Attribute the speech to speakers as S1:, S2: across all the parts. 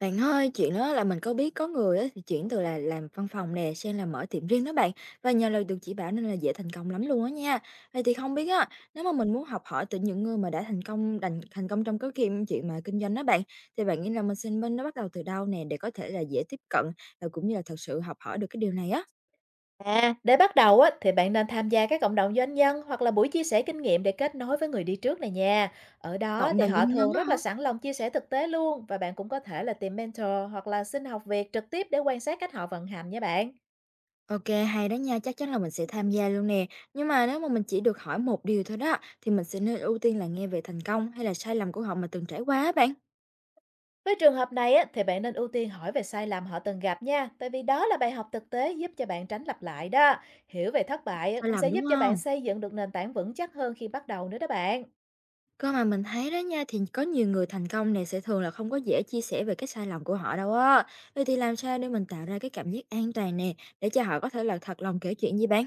S1: Bạn ơi, chuyện đó là mình có biết có người á, thì chuyển từ là làm văn phòng nè sang là mở tiệm riêng đó bạn, và nhờ lời được chỉ bảo nên là dễ thành công lắm luôn á nha. Vậy thì không biết á, nếu mà mình muốn học hỏi từ những người mà đã thành công, thành thành công trong cái kim chuyện mà kinh doanh đó bạn, thì bạn nghĩ là mình xin bên nó bắt đầu từ đâu nè, để có thể là dễ tiếp cận và cũng như là thật sự học hỏi được cái điều này á.
S2: À, để bắt đầu á, thì bạn nên tham gia các cộng đồng doanh nhân hoặc là buổi chia sẻ kinh nghiệm để kết nối với người đi trước này nha. Ở đó
S1: Cộng
S2: thì
S1: đồng
S2: họ
S1: doanh nhân
S2: thường
S1: đó
S2: rất
S1: hả?
S2: là sẵn lòng chia sẻ thực tế luôn, và bạn cũng có thể là tìm mentor hoặc là xin học việc trực tiếp để quan sát cách họ vận hành nha bạn.
S1: Ok, hay đó nha, chắc chắn là mình sẽ tham gia luôn nè. Nhưng mà nếu mà mình chỉ được hỏi một điều thôi đó, thì mình sẽ nên ưu tiên là nghe về thành công hay là sai lầm của họ mà từng trải qua á bạn.
S2: Với trường hợp này á, thì bạn nên ưu tiên hỏi về sai lầm họ từng gặp nha, tại vì đó là bài học thực tế giúp cho bạn tránh lặp lại đó. Hiểu về thất bại á,
S1: Sai
S2: cũng sẽ
S1: lầm, đúng
S2: giúp cho bạn
S1: hông?
S2: xây dựng được nền tảng vững chắc hơn khi bắt đầu nữa đó bạn.
S1: Cơ mà mình thấy đó nha, thì có nhiều người thành công nè sẽ thường là không có dễ chia sẻ về cái sai lầm của họ đâu á. Vậy thì làm sao để mình tạo ra cái cảm giác an toàn nè, để cho họ có thể là thật lòng kể chuyện với bạn?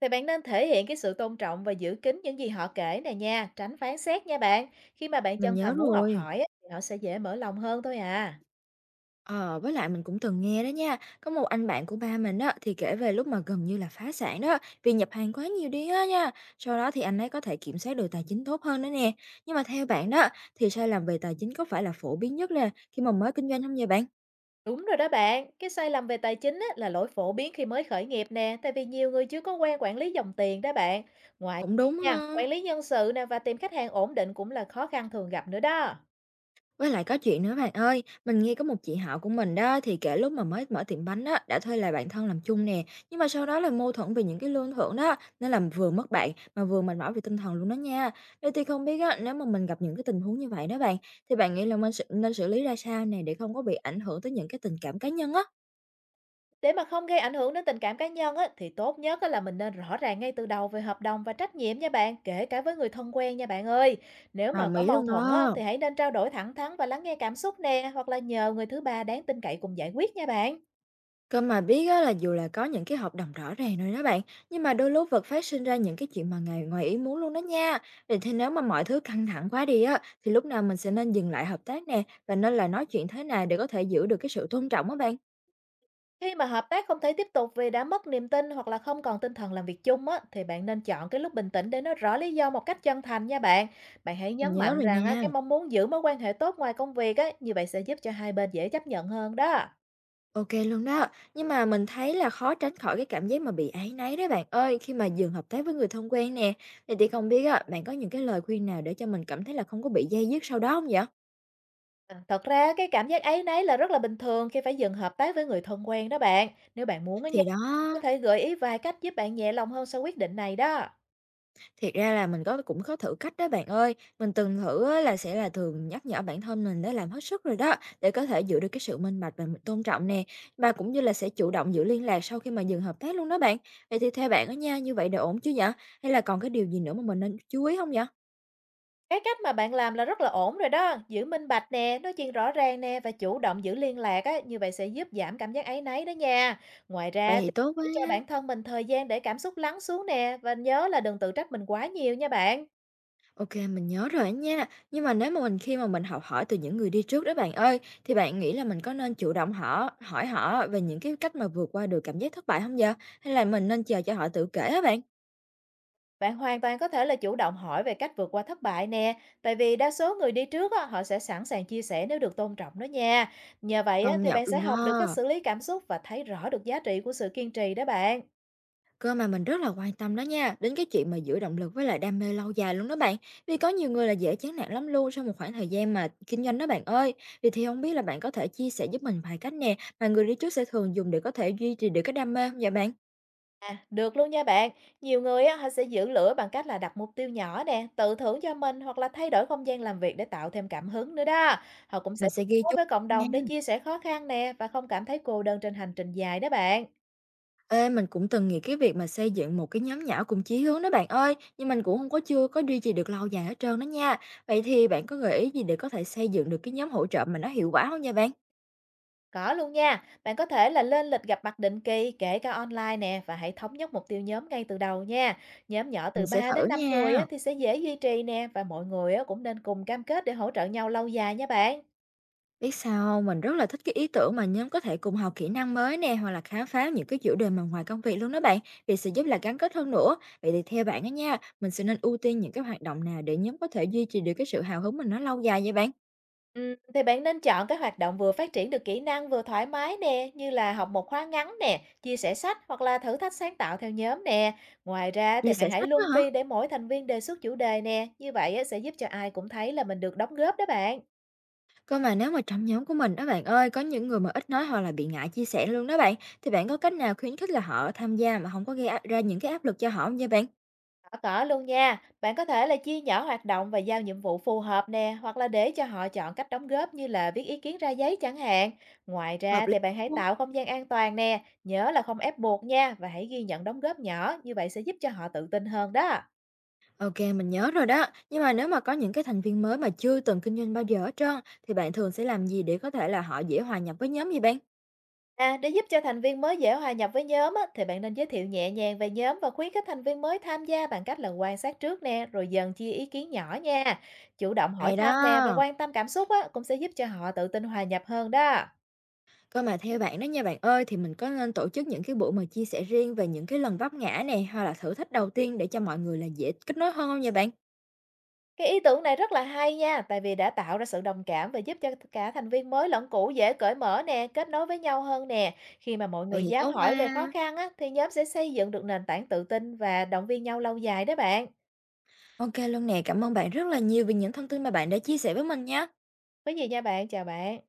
S2: Thì bạn nên thể hiện cái sự tôn trọng và giữ kín những gì họ kể này nha, tránh phán xét nha bạn. Khi mà bạn
S1: Mình
S2: chân
S1: nhớ
S2: thành muốn học
S1: rồi.
S2: hỏi á, thì họ sẽ dễ mở lòng hơn thôi à.
S1: Ờ, với lại mình cũng từng nghe đó nha, có một anh bạn của ba mình á, thì kể về lúc mà gần như là phá sản đó, vì nhập hàng quá nhiều đi á nha. Sau đó thì anh ấy có thể kiểm soát được tài chính tốt hơn nữa nè. Nhưng mà theo bạn đó, thì sai lầm về tài chính có phải là phổ biến nhất nè, khi mà mới kinh doanh không vậy bạn?
S2: Đúng rồi đó bạn, cái sai lầm về tài chính á, là lỗi phổ biến khi mới khởi nghiệp nè, tại vì nhiều người chưa có quen quản lý dòng tiền đó bạn. Ngoài
S1: Cũng đúng
S2: nha,
S1: ha.
S2: quản lý nhân sự nè và tìm khách hàng ổn định cũng là khó khăn thường gặp nữa đó.
S1: Với lại có chuyện nữa bạn ơi, mình nghe có một chị họ của mình đó, thì kể lúc mà mới mở tiệm bánh á, đã thuê lại bạn thân làm chung nè, nhưng mà sau đó là mâu thuẫn về những cái lương thưởng đó, nên là vừa mất bạn mà vừa mệt mỏi về tinh thần luôn đó nha. Vậy thì không biết á, nếu mà mình gặp những cái tình huống như vậy đó bạn, thì bạn nghĩ là mình nên xử lý ra sao nè, để không có bị ảnh hưởng tới những cái tình cảm cá nhân á?
S2: Để mà không gây ảnh hưởng đến tình cảm cá nhân á, thì tốt nhất á, là mình nên rõ ràng ngay từ đầu về hợp đồng và trách nhiệm nha bạn, kể cả với người thân quen nha bạn ơi. Nếu mà
S1: Đồng
S2: có
S1: ý
S2: mâu
S1: luôn
S2: thuẫn á,
S1: đó.
S2: thì hãy nên trao đổi thẳng thắn và lắng nghe cảm xúc nè, hoặc là nhờ người thứ ba đáng tin cậy cùng giải quyết nha bạn.
S1: Cơ mà biết á, là dù là có những cái hợp đồng rõ ràng rồi đó bạn, nhưng mà đôi lúc vật phát sinh ra những cái chuyện mà ngày ngoài ý muốn luôn đó nha. Vậy thì nếu mà mọi thứ căng thẳng quá đi á, thì lúc nào mình sẽ nên dừng lại hợp tác nè, và nên là nói chuyện thế nào để có thể giữ được cái sự tôn trọng á bạn?
S2: Khi mà hợp tác không thể tiếp tục vì đã mất niềm tin hoặc là không còn tinh thần làm việc chung á, thì bạn nên chọn cái lúc bình tĩnh để nói rõ lý do một cách chân thành nha bạn. Bạn hãy
S1: Mình
S2: nhấn
S1: nhớ
S2: mạnh
S1: rồi
S2: rằng á,
S1: nha.
S2: cái mong muốn giữ mối quan hệ tốt ngoài công việc á, như vậy sẽ giúp cho hai bên dễ chấp nhận hơn đó.
S1: Ok luôn đó. Nhưng mà mình thấy là khó tránh khỏi cái cảm giác mà bị áy náy đấy bạn ơi, khi mà dừng hợp tác với người thân quen nè. Thì không biết á, bạn có những cái lời khuyên nào để cho mình cảm thấy là không có bị day dứt sau đó không vậy?
S2: À, thật ra cái cảm giác áy náy là rất là bình thường khi phải dừng hợp tác với người thân quen đó bạn. Nếu bạn muốn á nha,
S1: Thì đó.
S2: mình có thể gợi ý vài cách giúp bạn nhẹ lòng hơn sau quyết định này đó.
S1: Thiệt ra là mình cũng có thử cách đó bạn ơi, mình từng thử á là sẽ là thường nhắc nhở bản thân mình đã làm hết sức rồi đó, để có thể giữ được cái sự minh bạch và mình tôn trọng nè, và cũng như là sẽ chủ động giữ liên lạc sau khi mà dừng hợp tác luôn đó bạn. Vậy thì theo bạn á nha, như vậy đã ổn chứ nhở? Hay là còn cái điều gì nữa mà mình nên chú ý không nhở?
S2: Cái cách mà bạn làm là rất là ổn rồi đó, giữ minh bạch nè, nói chuyện rõ ràng nè và chủ động giữ liên lạc á, như vậy sẽ giúp giảm cảm giác áy náy đó nha. Ngoài
S1: Vậy
S2: ra thì
S1: thì tốt quá
S2: hãy cho
S1: nha.
S2: bản thân mình thời gian để cảm xúc lắng xuống nè, và nhớ là đừng tự trách mình quá nhiều nha bạn.
S1: OK, mình nhớ rồi á nha. Nhưng mà nếu mà mình, khi mà mình học hỏi từ những người đi trước đó bạn ơi, thì bạn nghĩ là mình có nên chủ động hỏi họ về những cái cách mà vượt qua được cảm giác thất bại không vậy? Hay là mình nên chờ cho họ tự kể á bạn?
S2: Bạn hoàn toàn có thể là chủ động hỏi về cách vượt qua thất bại nè, tại vì đa số người đi trước á, họ sẽ sẵn sàng chia sẻ nếu được tôn trọng đó nha. Nhờ vậy á,
S1: Công
S2: thì
S1: nhận
S2: bạn sẽ
S1: luôn
S2: học được cách
S1: đó.
S2: xử lý cảm xúc và thấy rõ được giá trị của sự kiên trì đó bạn.
S1: Cơ mà mình rất là quan tâm đó nha, đến cái chuyện mà giữ động lực với lại đam mê lâu dài luôn đó bạn. Vì có nhiều người là dễ chán nản lắm luôn sau một khoảng thời gian mà kinh doanh đó bạn ơi. Vì thì không biết là bạn có thể chia sẻ giúp mình vài cách nè mà người đi trước sẽ thường dùng để có thể duy trì được cái đam mê không vậy bạn?
S2: À, được luôn nha bạn. Nhiều người á, họ sẽ giữ lửa bằng cách là đặt mục tiêu nhỏ nè, tự thưởng cho mình hoặc là thay đổi không gian làm việc để tạo thêm cảm hứng nữa đó. Họ cũng sẽ
S1: Mình sẽ
S2: kết
S1: ghi
S2: nối
S1: chú
S2: với cộng
S1: nha.
S2: đồng để chia sẻ khó khăn nè, và không cảm thấy cô đơn trên hành trình dài đó bạn.
S1: Ê, mình cũng từng nghĩ cái việc mà xây dựng một cái nhóm nhỏ cùng chí hướng đó bạn ơi, nhưng mình cũng không có chưa có duy trì được lâu dài hết trơn đó nha. Vậy thì bạn có gợi ý gì để có thể xây dựng được cái nhóm hỗ trợ mà nó hiệu quả không nha bạn?
S2: Có luôn nha, bạn có thể là lên lịch gặp mặt định kỳ kể cả online nè, và hãy thống nhất mục tiêu nhóm ngay từ đầu nha. Nhóm nhỏ từ
S1: Mình sẽ
S2: 3
S1: thử
S2: đến 5 người á,
S1: nha.
S2: thì sẽ dễ duy trì nè, và mọi người á, cũng nên cùng cam kết để hỗ trợ nhau lâu dài nha bạn.
S1: Biết sao hông? Mình rất là thích cái ý tưởng mà nhóm có thể cùng học kỹ năng mới nè, hoặc là khám phá những cái chủ đề mà ngoài công việc luôn đó bạn, vì sẽ giúp là gắn kết hơn nữa. Vậy thì theo bạn á nha, mình sẽ nên ưu tiên những cái hoạt động nào để nhóm có thể duy trì được cái sự hào hứng mình nó lâu dài vậy bạn?
S2: Ừ, thì bạn nên chọn các hoạt động vừa phát triển được kỹ năng vừa thoải mái nè, như là học một khóa ngắn nè, chia sẻ sách hoặc là thử thách sáng tạo theo nhóm nè. Ngoài ra thì
S1: Chia
S2: bạn
S1: sẻ
S2: hãy
S1: sách đó
S2: luân
S1: hả?
S2: phiên để mỗi thành viên đề xuất chủ đề nè, như vậy á, sẽ giúp cho ai cũng thấy là mình được đóng góp đó bạn.
S1: Cơ mà nếu mà trong nhóm của mình đó bạn ơi, có những người mà ít nói hoặc là bị ngại chia sẻ luôn đó bạn, thì bạn có cách nào khuyến khích là họ tham gia mà không có gây ra những cái áp lực cho họ hông vậy bạn?
S2: Có cỡ luôn nha, bạn có thể là chia nhỏ hoạt động và giao nhiệm vụ phù hợp nè, hoặc là để cho họ chọn cách đóng góp như là viết ý kiến ra giấy chẳng hạn. Ngoài ra
S1: Hợp lý.
S2: thì bạn hãy tạo không gian an toàn nè, nhớ là không ép buộc nha, và hãy ghi nhận đóng góp nhỏ, như vậy sẽ giúp cho họ tự tin hơn đó.
S1: OK, mình nhớ rồi đó. Nhưng mà nếu mà có những cái thành viên mới mà chưa từng kinh doanh bao giờ hết trơn, thì bạn thường sẽ làm gì để có thể là họ dễ hòa nhập với nhóm vậy bạn?
S2: À, để giúp cho thành viên mới dễ hòa nhập với nhóm á, thì bạn nên giới thiệu nhẹ nhàng về nhóm và khuyến khích thành viên mới tham gia bằng cách là quan sát trước nè, rồi dần chia ý kiến nhỏ nha. Chủ động hỏi
S1: Hay
S2: thăm nè và
S1: đó!
S2: quan tâm cảm xúc á, cũng sẽ giúp cho họ tự tin hòa nhập hơn đó.
S1: Cơ mà theo bạn đó nha bạn ơi, thì mình có nên tổ chức những cái buổi mà chia sẻ riêng về những cái lần vấp ngã này, hay là thử thách đầu tiên để cho mọi người là dễ kết nối hơn không vậy bạn?
S2: Cái ý tưởng này rất là hay nha, tại vì đã tạo ra sự đồng cảm và giúp cho cả thành viên mới lẫn cũ dễ cởi mở nè, kết nối với nhau hơn nè. Khi mà mọi
S1: Vậy
S2: người
S1: thì
S2: dám
S1: tốt
S2: hỏi về
S1: quá!
S2: khó khăn á, thì nhóm sẽ xây dựng được nền tảng tự tin và động viên nhau lâu dài đó bạn.
S1: OK luôn nè, cảm ơn bạn rất là nhiều vì những thông tin mà bạn đã chia sẻ với mình nha.
S2: Có gì nha bạn, chào bạn.